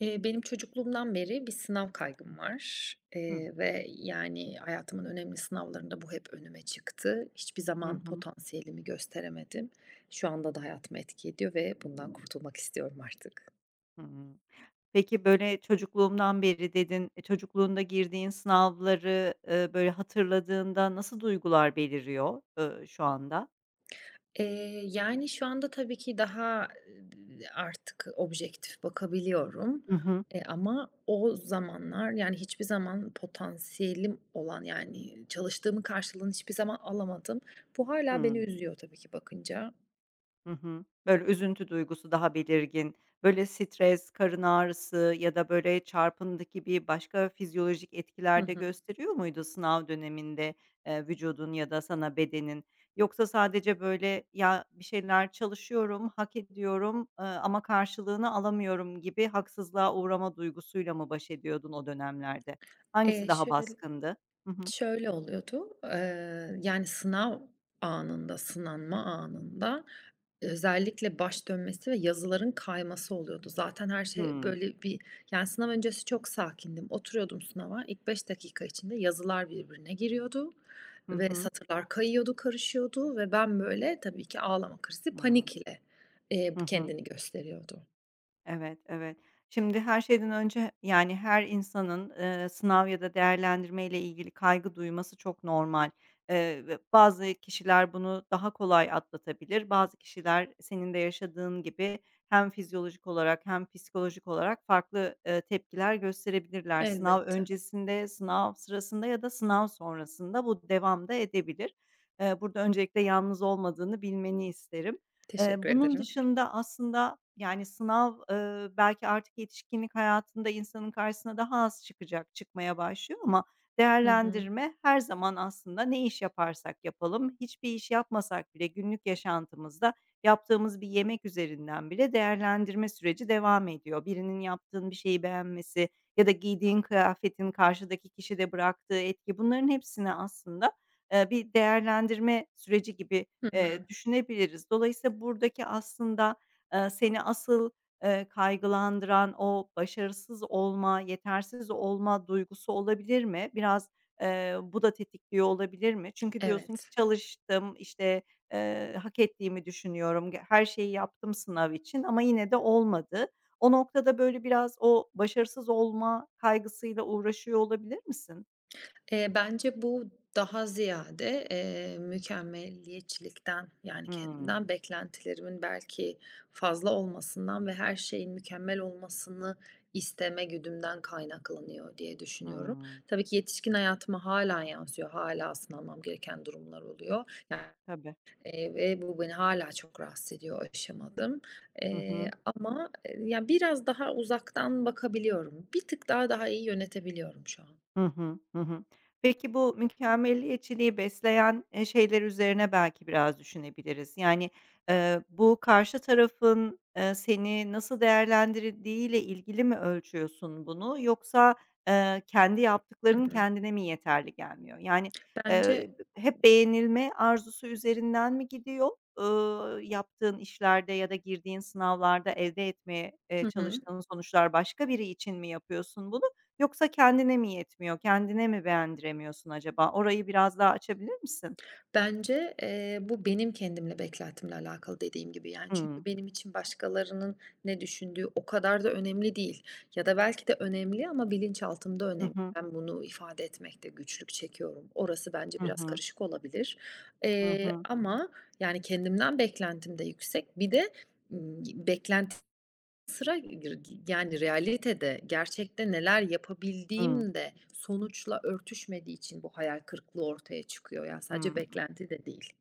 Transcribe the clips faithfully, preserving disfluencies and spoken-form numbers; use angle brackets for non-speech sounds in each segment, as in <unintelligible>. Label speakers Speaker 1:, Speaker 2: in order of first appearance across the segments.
Speaker 1: Eee, benim çocukluğumdan beri bir sınav kaygım var,
Speaker 2: Hı,
Speaker 1: eee, ve yani hayatımın önemli sınavlarında bu hep önüme çıktı. Hiçbir
Speaker 2: Hı
Speaker 1: zaman
Speaker 2: hı.
Speaker 1: potansiyelimi gösteremedim. Şu anda da hayatımı etki ediyor ve bundan kurtulmak istiyorum artık.
Speaker 2: Hımm. Peki, böyle, çocukluğumdan beri dedin. E, çocukluğunda girdiğin sınavları, eee, böyle, hatırladığında nasıl duygular beliriyor, ııı, şu anda?
Speaker 1: Eee, yani şu anda tabii ki daha, eee, artık objektif bakabiliyorum,
Speaker 2: Hı hı.
Speaker 1: eee, ama o zamanlar yani hiçbir zaman potansiyelim olan yani çalıştığımın karşılığını hiçbir zaman alamadım. Bu hala beni
Speaker 2: Hıı.
Speaker 1: üzüyor tabii ki bakınca.
Speaker 2: Hı hı. Böyle üzüntü duygusu daha belirgin, böyle stres, karın ağrısı ya da böyle çarpıntı gibi başka fizyolojik
Speaker 1: Hı
Speaker 2: etkiler de
Speaker 1: hı.
Speaker 2: gösteriyor muydu sınav döneminde, eee, vücudun ya da sana bedenin? Yoksa sadece böyle, "Ya, bir şeyler çalışıyorum, hak ediyorum, eee, ama karşılığını alamıyorum." gibi haksızlığa uğrama duygusuyla mı baş ediyordun o dönemlerde? Hangisi
Speaker 1: Eee,
Speaker 2: daha
Speaker 1: şöyle
Speaker 2: baskındı? Hı hı.
Speaker 1: şöyle oluyordu, eee, yani sınav anında, sınanma anında özellikle baş dönmesi ve yazıların kayması oluyordu. Zaten her şey
Speaker 2: Hımm.
Speaker 1: böyle bir yani sınav öncesi çok sakindim. Oturuyordum sınava, İlk beş dakika içinde yazılar birbirine giriyordu
Speaker 2: Hı
Speaker 1: ve
Speaker 2: hı.
Speaker 1: satırlar kayıyordu, karışıyordu ve ben böyle tabii ki ağlama krizi,
Speaker 2: Hımm.
Speaker 1: panik ile, eee,
Speaker 2: Hı hı.
Speaker 1: kendini gösteriyordu.
Speaker 2: Evet, evet. Şimdi her şeyden önce, yani, her insanın, eee, sınav ya da değerlendirme ile ilgili kaygı duyması çok normal. Eee, ve bazı kişiler bunu daha kolay atlatabilir. Bazı kişiler senin de yaşadığın gibi hem fizyolojik olarak hem psikolojik olarak farklı, eee, tepkiler gösterebilirler. Sınav
Speaker 1: Elbette.
Speaker 2: öncesinde, sınav sırasında ya da sınav sonrasında bu devam da edebilir. Eee, burada öncelikle yalnız olmadığını bilmeni isterim. Eee,
Speaker 1: Teşekkür
Speaker 2: bunun
Speaker 1: ederim.
Speaker 2: dışında aslında, yani, sınav, eee, belki artık yetişkinlik hayatında insanın karşısına daha az çıkacak, çıkmaya başlıyor ama
Speaker 1: Hı hı.
Speaker 2: değerlendirme her zaman aslında ne iş yaparsak yapalım, hiçbir iş yapmasak bile günlük yaşantımızda yaptığımız bir yemek üzerinden bile değerlendirme süreci devam ediyor. Birinin yaptığın bir şeyi beğenmesi ya da giydiğin kıyafetin karşıdaki kişide bıraktığı etki, bunların hepsini aslında, eee, bir değerlendirme süreci gibi
Speaker 1: Hı hı.
Speaker 2: eee, düşünebiliriz. Dolayısıyla buradaki aslında, eee, seni asıl, eee, kaygılandıran o başarısız olma, yetersiz olma duygusu olabilir mi? Biraz, eee, bu da tetikliyor olabilir mi? Çünkü diyorsun ki
Speaker 1: Evet.
Speaker 2: çalıştım, işte, eee, hak ettiğimi düşünüyorum, ge her şeyi yaptım sınav için ama yine de olmadı. O noktada, böyle, biraz o başarısız olma kaygısıyla uğraşıyor olabilir misin?
Speaker 1: Eee, bence bu daha ziyade, eee, mükemmeliyetçilikten, yani,
Speaker 2: Hımm.
Speaker 1: kendimden beklentilerimin belki fazla olmasından ve her şeyin mükemmel olmasını isteme güdümden kaynaklanıyor diye düşünüyorum.
Speaker 2: Hımm.
Speaker 1: Tabii ki yetişkin hayatıma hala yansıyor. Hâlâ sınanmam gereken durumlar oluyor. Yani,
Speaker 2: Tabii.
Speaker 1: eee, ve bu beni hala çok rahatsız ediyor, aşamadım.
Speaker 2: Hı
Speaker 1: Eee,
Speaker 2: hı.
Speaker 1: ama, ya, biraz daha uzaktan bakabiliyorum. Bir tık daha, daha iyi yönetebiliyorum şu an.
Speaker 2: Hı hı. Hı hı. Peki, bu mükemmeliyetçiliği besleyen, eee, şeyler üzerine belki biraz düşünebiliriz. Yani, eee, bu karşı tarafın, eee, seni nasıl değerlendirdiğiyle ilgili mi ölçüyorsun bunu yoksa, eee, kendi
Speaker 1: Hı
Speaker 2: yaptıkların
Speaker 1: hı.
Speaker 2: kendine mi yeterli gelmiyor? Yani,
Speaker 1: Bence
Speaker 2: eee, hep beğenilme arzusu üzerinden mi gidiyor, ııı, yaptığın işlerde ya da girdiğin sınavlarda elde etmeye, eee,
Speaker 1: Hı hı.
Speaker 2: çalıştığın sonuçlar başka biri için mi yapıyorsun bunu? Yoksa kendine mi yetmiyor, kendine mi beğendiremiyorsun acaba? Orayı biraz daha açabilir misin?
Speaker 1: Bence, eee, bu benim kendimle beklentimle alakalı dediğim gibi, yani, çünkü
Speaker 2: Hımm.
Speaker 1: benim için başkalarının ne düşündüğü o kadar da önemli değil ya da belki de önemli ama bilinçaltımda
Speaker 2: Hı
Speaker 1: önemli.
Speaker 2: hı.
Speaker 1: Ben bunu ifade etmekte güçlük çekiyorum. Orası bence
Speaker 2: Hı
Speaker 1: biraz
Speaker 2: hı.
Speaker 1: karışık olabilir,
Speaker 2: Hı
Speaker 1: eee,
Speaker 2: hı.
Speaker 1: ama, yani, kendimden beklentim de yüksek. Bir de, ımm, beklenti Sıra <unintelligible> yani realitede, gerçekte neler
Speaker 2: Hımm.
Speaker 1: yapabildiğim de sonuçla örtüşmediği için bu hayal kırıklığı ortaya çıkıyor. Ya, sadece
Speaker 2: Hımm.
Speaker 1: beklenti de değil.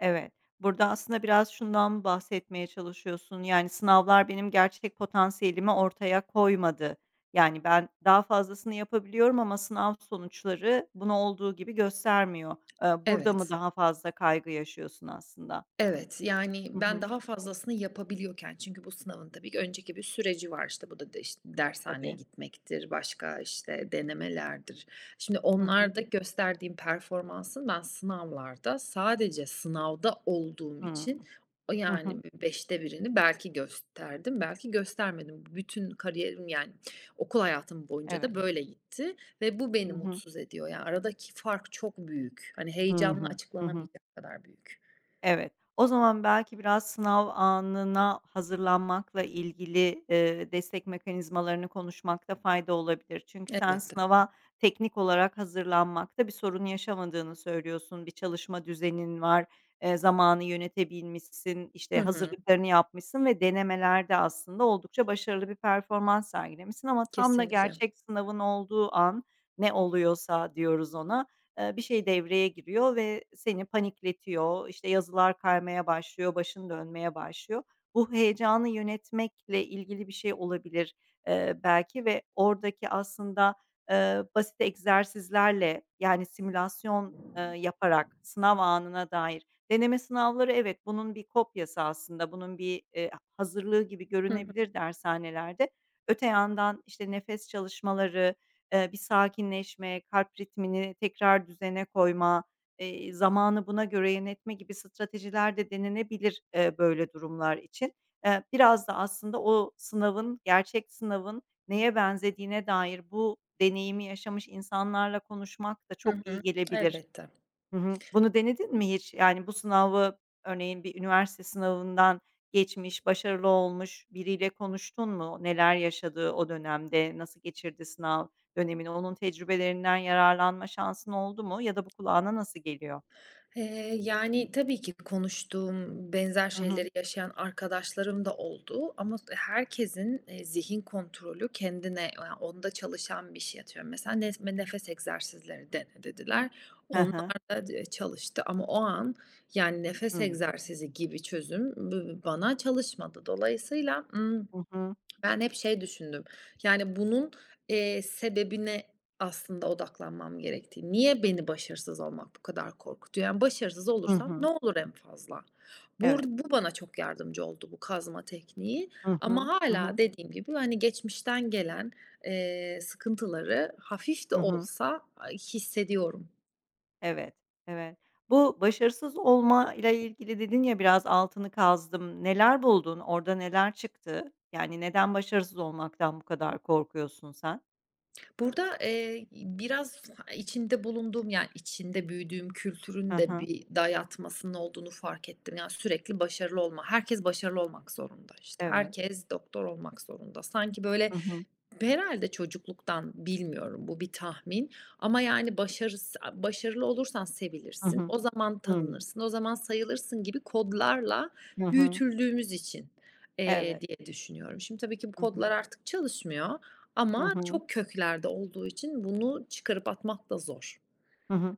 Speaker 2: Evet. Burada aslında biraz şundan bahsetmeye çalışıyorsun, yani, sınavlar benim gerçek potansiyelimi ortaya koymadı. Yani, ben daha fazlasını yapabiliyorum ama sınav sonuçları bunu olduğu gibi göstermiyor. Eee, burada mı
Speaker 1: Evet.
Speaker 2: daha fazla kaygı yaşıyorsun aslında?
Speaker 1: Evet, yani
Speaker 2: Hı
Speaker 1: ben
Speaker 2: hı.
Speaker 1: daha fazlasını yapabiliyorken çünkü bu sınavın tabii ki önceki bir süreci var. İşte bu da de işte dershaneye
Speaker 2: Tabii.
Speaker 1: gitmektir, başka işte denemelerdir. Şimdi
Speaker 2: Hı hı.
Speaker 1: onlarda gösterdiğim performansın ben sınavlarda sadece sınavda olduğum için
Speaker 2: Hımm.
Speaker 1: o
Speaker 2: Hı hı.
Speaker 1: yani bir beşte birini belki gösterdim, belki göstermedim. Bütün kariyerim yani okul hayatım boyunca da
Speaker 2: Evet.
Speaker 1: böyle gitti ve bu beni
Speaker 2: Hı hı.
Speaker 1: mutsuz ediyor. Yani aradaki fark çok büyük. Hani
Speaker 2: Hı
Speaker 1: heyecanla
Speaker 2: hı. Hı hı.
Speaker 1: açıklanamayacak kadar büyük.
Speaker 2: Evet. O zaman belki biraz sınav anına hazırlanmakla ilgili, eee, destek mekanizmalarını konuşmakta fayda olabilir. Çünkü sen
Speaker 1: Elbette.
Speaker 2: sınava teknik olarak hazırlanmakta bir sorun yaşamadığını söylüyorsun. Bir çalışma düzenin var, eee, zamanı yönetebilmişsin, işte,
Speaker 1: Hı hı.
Speaker 2: hazırlıklarını yapmışsın ve denemelerde aslında oldukça başarılı bir performans sergilemişsin ama tam da
Speaker 1: Kesinlikle.
Speaker 2: gerçek sınavın olduğu an, ne oluyorsa diyoruz ona, eee, bir şey devreye giriyor ve seni panikletiyor. İşte, yazılar kaymaya başlıyor, başın dönmeye başlıyor. Bu heyecanı yönetmekle ilgili bir şey olabilir, eee, belki ve oradaki aslında, eee, basit egzersizlerle, yani, simülasyon, eee, yaparak sınav anına dair deneme sınavları evet, bunun bir kopyası aslında, bunun bir, eee, hazırlığı gibi
Speaker 1: Hı hı.
Speaker 2: görünebilir dershanelerde. Öte yandan, işte, nefes çalışmaları, Eee, bir sakinleşme, kalp ritmini tekrar düzene koyma, eee, zamanı buna göre yönetme gibi stratejiler de denenebilir, eee, böyle durumlar için. Eee, biraz da aslında o sınavın, gerçek sınavın neye benzediğine dair bu deneyimi yaşamış insanlarla konuşmak da
Speaker 1: Hı
Speaker 2: çok
Speaker 1: hı.
Speaker 2: iyi gelebilir.
Speaker 1: Elbette.
Speaker 2: Hı hı. Bunu denedin mi hiç? Yani, bu sınavı örneğin bir üniversite sınavından geçmiş, başarılı olmuş biriyle konuştun mu? Neler yaşadı o dönemde, nasıl geçirdi sınav dönemini? Onun tecrübelerinden yararlanma şansın oldu mu ya da bu kulağına nasıl geliyor?
Speaker 1: Eee, yani, tabii ki konuştuğum, benzer
Speaker 2: Hı hı.
Speaker 1: şeyleri yaşayan arkadaşlarım da oldu ama herkesin, eee, zihin kontrolü kendine, ya, onda çalışan bir şey. Atıyorum, mesela, "Nes nefes egzersizleri dene." dediler.
Speaker 2: Hı hı.
Speaker 1: Onlar da d çalıştı ama o an, yani, nefes
Speaker 2: Hıı.
Speaker 1: egzersizi gibi çözüm b bana çalışmadı. Dolayısıyla, ımm
Speaker 2: Hı hı.
Speaker 1: Ben hep şey düşündüm, yani bunun, eee, sebebine aslında odaklanmam gerektiği, niye beni başarısız olmak bu kadar korkutuyor? Yani başarısız
Speaker 2: Hı
Speaker 1: olursam ne
Speaker 2: hı.
Speaker 1: olur en fazla? Bur
Speaker 2: Evet.
Speaker 1: bu bana çok yardımcı oldu bu kazma tekniği
Speaker 2: Hı
Speaker 1: ama
Speaker 2: hı. Hı
Speaker 1: hala
Speaker 2: hı.
Speaker 1: dediğim gibi, hani, geçmişten gelen, eee, sıkıntıları hafif de
Speaker 2: Hı hı.
Speaker 1: olsa, ay, hissediyorum.
Speaker 2: Evet, evet. Bu başarısız olma ile ilgili dedin ya, "Biraz altını kazdım." Neler buldun? Orada neler çıktı? Yani neden başarısız olmaktan bu kadar korkuyorsun sen?
Speaker 1: Burada, eee, biraz içinde bulunduğum, yani, içinde büyüdüğüm
Speaker 2: Hı
Speaker 1: kültürün de
Speaker 2: hı.
Speaker 1: bir dayatmasının olduğunu fark ettim. Yani, sürekli başarılı olma, herkes başarılı olmak zorunda, işte,
Speaker 2: Evet.
Speaker 1: herkes doktor olmak zorunda. Sanki, böyle,
Speaker 2: Hı hı.
Speaker 1: herhalde çocukluktan, bilmiyorum, bu bir tahmin ama yani başarıs başarılı olursan
Speaker 2: Hı
Speaker 1: sevilirsin,
Speaker 2: hı.
Speaker 1: o zaman
Speaker 2: Hımm.
Speaker 1: tanınırsın, o zaman sayılırsın gibi kodlarla
Speaker 2: Hı hı.
Speaker 1: büyütüldüğümüz için, eee,
Speaker 2: Evet.
Speaker 1: diye düşünüyorum. Şimdi tabii ki bu
Speaker 2: Hı hı.
Speaker 1: kodlar artık çalışmıyor
Speaker 2: Hı
Speaker 1: ama
Speaker 2: hı.
Speaker 1: çok köklerde olduğu için bunu çıkarıp atmak da zor.
Speaker 2: Hı hı.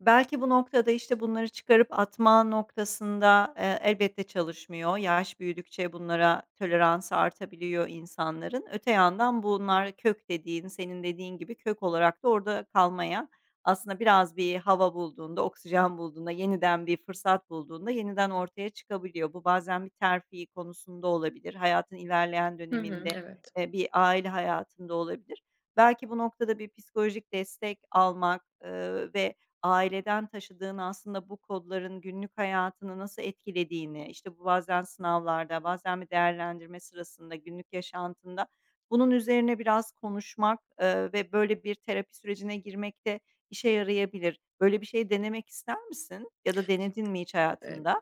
Speaker 2: Belki bu noktada, işte, bunları çıkarıp atma noktasında, eee, elbette çalışmıyor. Yaş büyüdükçe bunlara toleransı artabiliyor insanların. Öte yandan bunlar kök dediğin, senin dediğin gibi kök olarak da orada kalmaya, aslında biraz bir hava bulduğunda, oksijen bulduğunda, yeniden bir fırsat bulduğunda yeniden ortaya çıkabiliyor. Bu bazen bir terfi konusunda olabilir, hayatın ilerleyen
Speaker 1: Hı hı,
Speaker 2: döneminde,
Speaker 1: evet.
Speaker 2: eee, bir aile hayatında olabilir. Belki bu noktada bir psikolojik destek almak, eee, ve aileden taşıdığın aslında bu kodların günlük hayatını nasıl etkilediğini, işte, bu bazen sınavlarda, bazen bir değerlendirme sırasında, günlük yaşantında bunun üzerine biraz konuşmak, eee, ve böyle bir terapi sürecine girmek de işe yarayabilir. Böyle bir şey denemek ister misin ya da denedin mi hiç hayatında?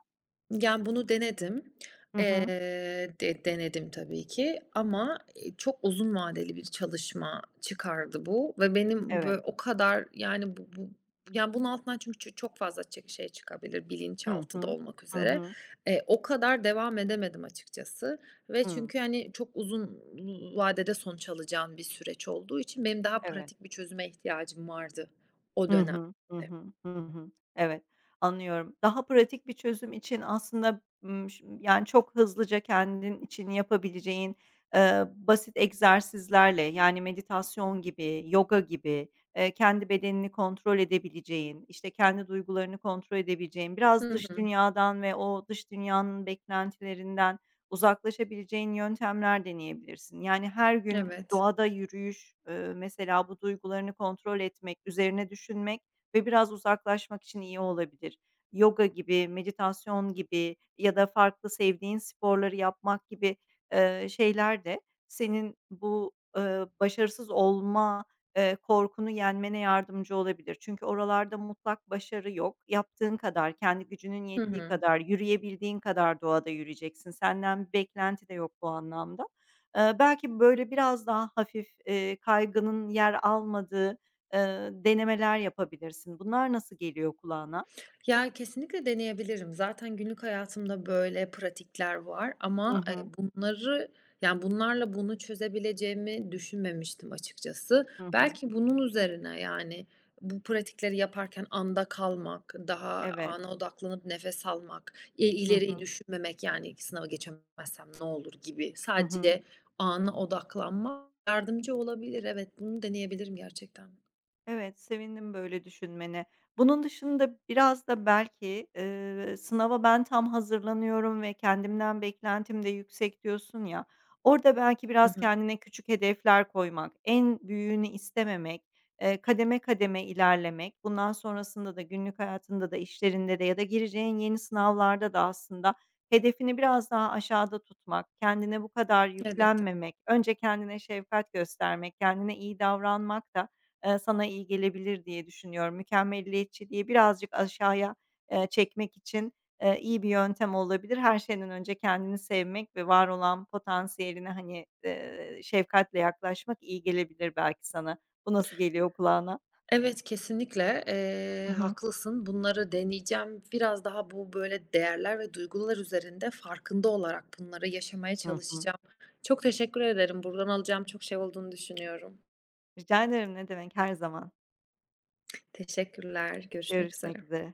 Speaker 1: Yani, bunu denedim.
Speaker 2: Hı hı.
Speaker 1: Eee, de denedim tabii ki ama, eee, çok uzun vadeli bir çalışma çıkardı bu ve benim
Speaker 2: Evet.
Speaker 1: bö o kadar, yani, bu bu yani, bunun altından çünkü ço çok fazla çe şey çıkabilir,
Speaker 2: Hı
Speaker 1: bilinçaltı da
Speaker 2: hı.
Speaker 1: olmak
Speaker 2: Hı
Speaker 1: üzere.
Speaker 2: hı.
Speaker 1: Eee, o kadar devam edemedim açıkçası ve
Speaker 2: Hıı.
Speaker 1: çünkü, hani, çok uzun vadede sonuç alacağın bir süreç olduğu için benim daha
Speaker 2: Evet.
Speaker 1: pratik bir çözüme ihtiyacım vardı o
Speaker 2: Hı
Speaker 1: dönemde.
Speaker 2: hı. Hı hı. Hı hı. Evet, anlıyorum. Daha pratik bir çözüm için aslında, ımm, ş yani, çok hızlıca kendin için yapabileceğin, eee, basit egzersizlerle, yani, meditasyon gibi, yoga gibi, eee, kendi bedenini kontrol edebileceğin, işte, kendi duygularını kontrol edebileceğin, biraz
Speaker 1: Hı
Speaker 2: dış
Speaker 1: hı.
Speaker 2: dünyadan ve o dış dünyanın beklentilerinden uzaklaşabileceğin yöntemler deneyebilirsin. Yani, her gün
Speaker 1: Evet.
Speaker 2: doğada yürüyüş, eee, mesela bu duygularını kontrol etmek, üzerine düşünmek ve biraz uzaklaşmak için iyi olabilir. Yoga gibi, meditasyon gibi ya da farklı sevdiğin sporları yapmak gibi, eee, şeyler de senin bu, eee, başarısız olma Eee, korkunu yenmene yardımcı olabilir. Çünkü oralarda mutlak başarı yok. Yaptığın kadar, kendi gücünün
Speaker 1: Hı
Speaker 2: yettiği
Speaker 1: hı.
Speaker 2: kadar, yürüyebildiğin kadar doğada yürüyeceksin. Senden bir beklenti de yok bu anlamda. Eee, belki böyle biraz daha hafif, eee, kaygının yer almadığı, eee, denemeler yapabilirsin. Bunlar nasıl geliyor kulağına?
Speaker 1: Ya, kesinlikle deneyebilirim. Zaten günlük hayatımda böyle pratikler var
Speaker 2: Hı
Speaker 1: ama, eee,
Speaker 2: hı.
Speaker 1: bunları, yani, bunlarla bunu çözebileceğimi düşünmemiştim açıkçası.
Speaker 2: Hı hı.
Speaker 1: Belki bunun üzerine, yani, bu pratikleri yaparken anda kalmak, daha
Speaker 2: Evet.
Speaker 1: ana odaklanıp nefes almak, eee,
Speaker 2: Hı
Speaker 1: ileriyi
Speaker 2: hı.
Speaker 1: düşünmemek, yani, sınava geçemezsem ne olur gibi
Speaker 2: Hı hı.
Speaker 1: sadece ana odaklanmak yardımcı olabilir. Evet, bunu deneyebilirim gerçekten.
Speaker 2: Evet, sevindim böyle düşünmene. Bunun dışında biraz da belki, eee, sınava ben tam hazırlanıyorum ve kendimden beklentim de yüksek diyorsun ya, orada belki
Speaker 1: Hı
Speaker 2: biraz
Speaker 1: hı.
Speaker 2: kendine küçük hedefler koymak, en büyüğünü istememek, eee, kademe kademe ilerlemek, bundan sonrasında da günlük hayatında da işlerinde de ya da gireceğin yeni sınavlarda da aslında hedefini biraz daha aşağıda tutmak, kendine bu kadar
Speaker 1: Elbette.
Speaker 2: yüklenmemek, önce kendine şefkat göstermek, kendine iyi davranmak da eee, sana iyi gelebilir diye düşünüyorum. Mükemmeliyetçiliği birazcık aşağıya, eee, çekmek için, eee, iyi bir yöntem olabilir. Her şeyden önce kendini sevmek ve var olan potansiyeline, hani, eee, şefkatle yaklaşmak iyi gelebilir belki sana. Bu nasıl geliyor kulağına?
Speaker 1: Evet, kesinlikle, eee,
Speaker 2: Hı hı.
Speaker 1: haklısın. Bunları deneyeceğim. Biraz daha bu, böyle, değerler ve duygular üzerinde farkında olarak bunları yaşamaya
Speaker 2: Hı hı.
Speaker 1: çalışacağım. Çok teşekkür ederim. Buradan alacağım çok şey olduğunu düşünüyorum.
Speaker 2: Rica ederim, ne demek, her zaman.
Speaker 1: Teşekkürler. Görüşmek üzere.
Speaker 2: Görüşmek üzere.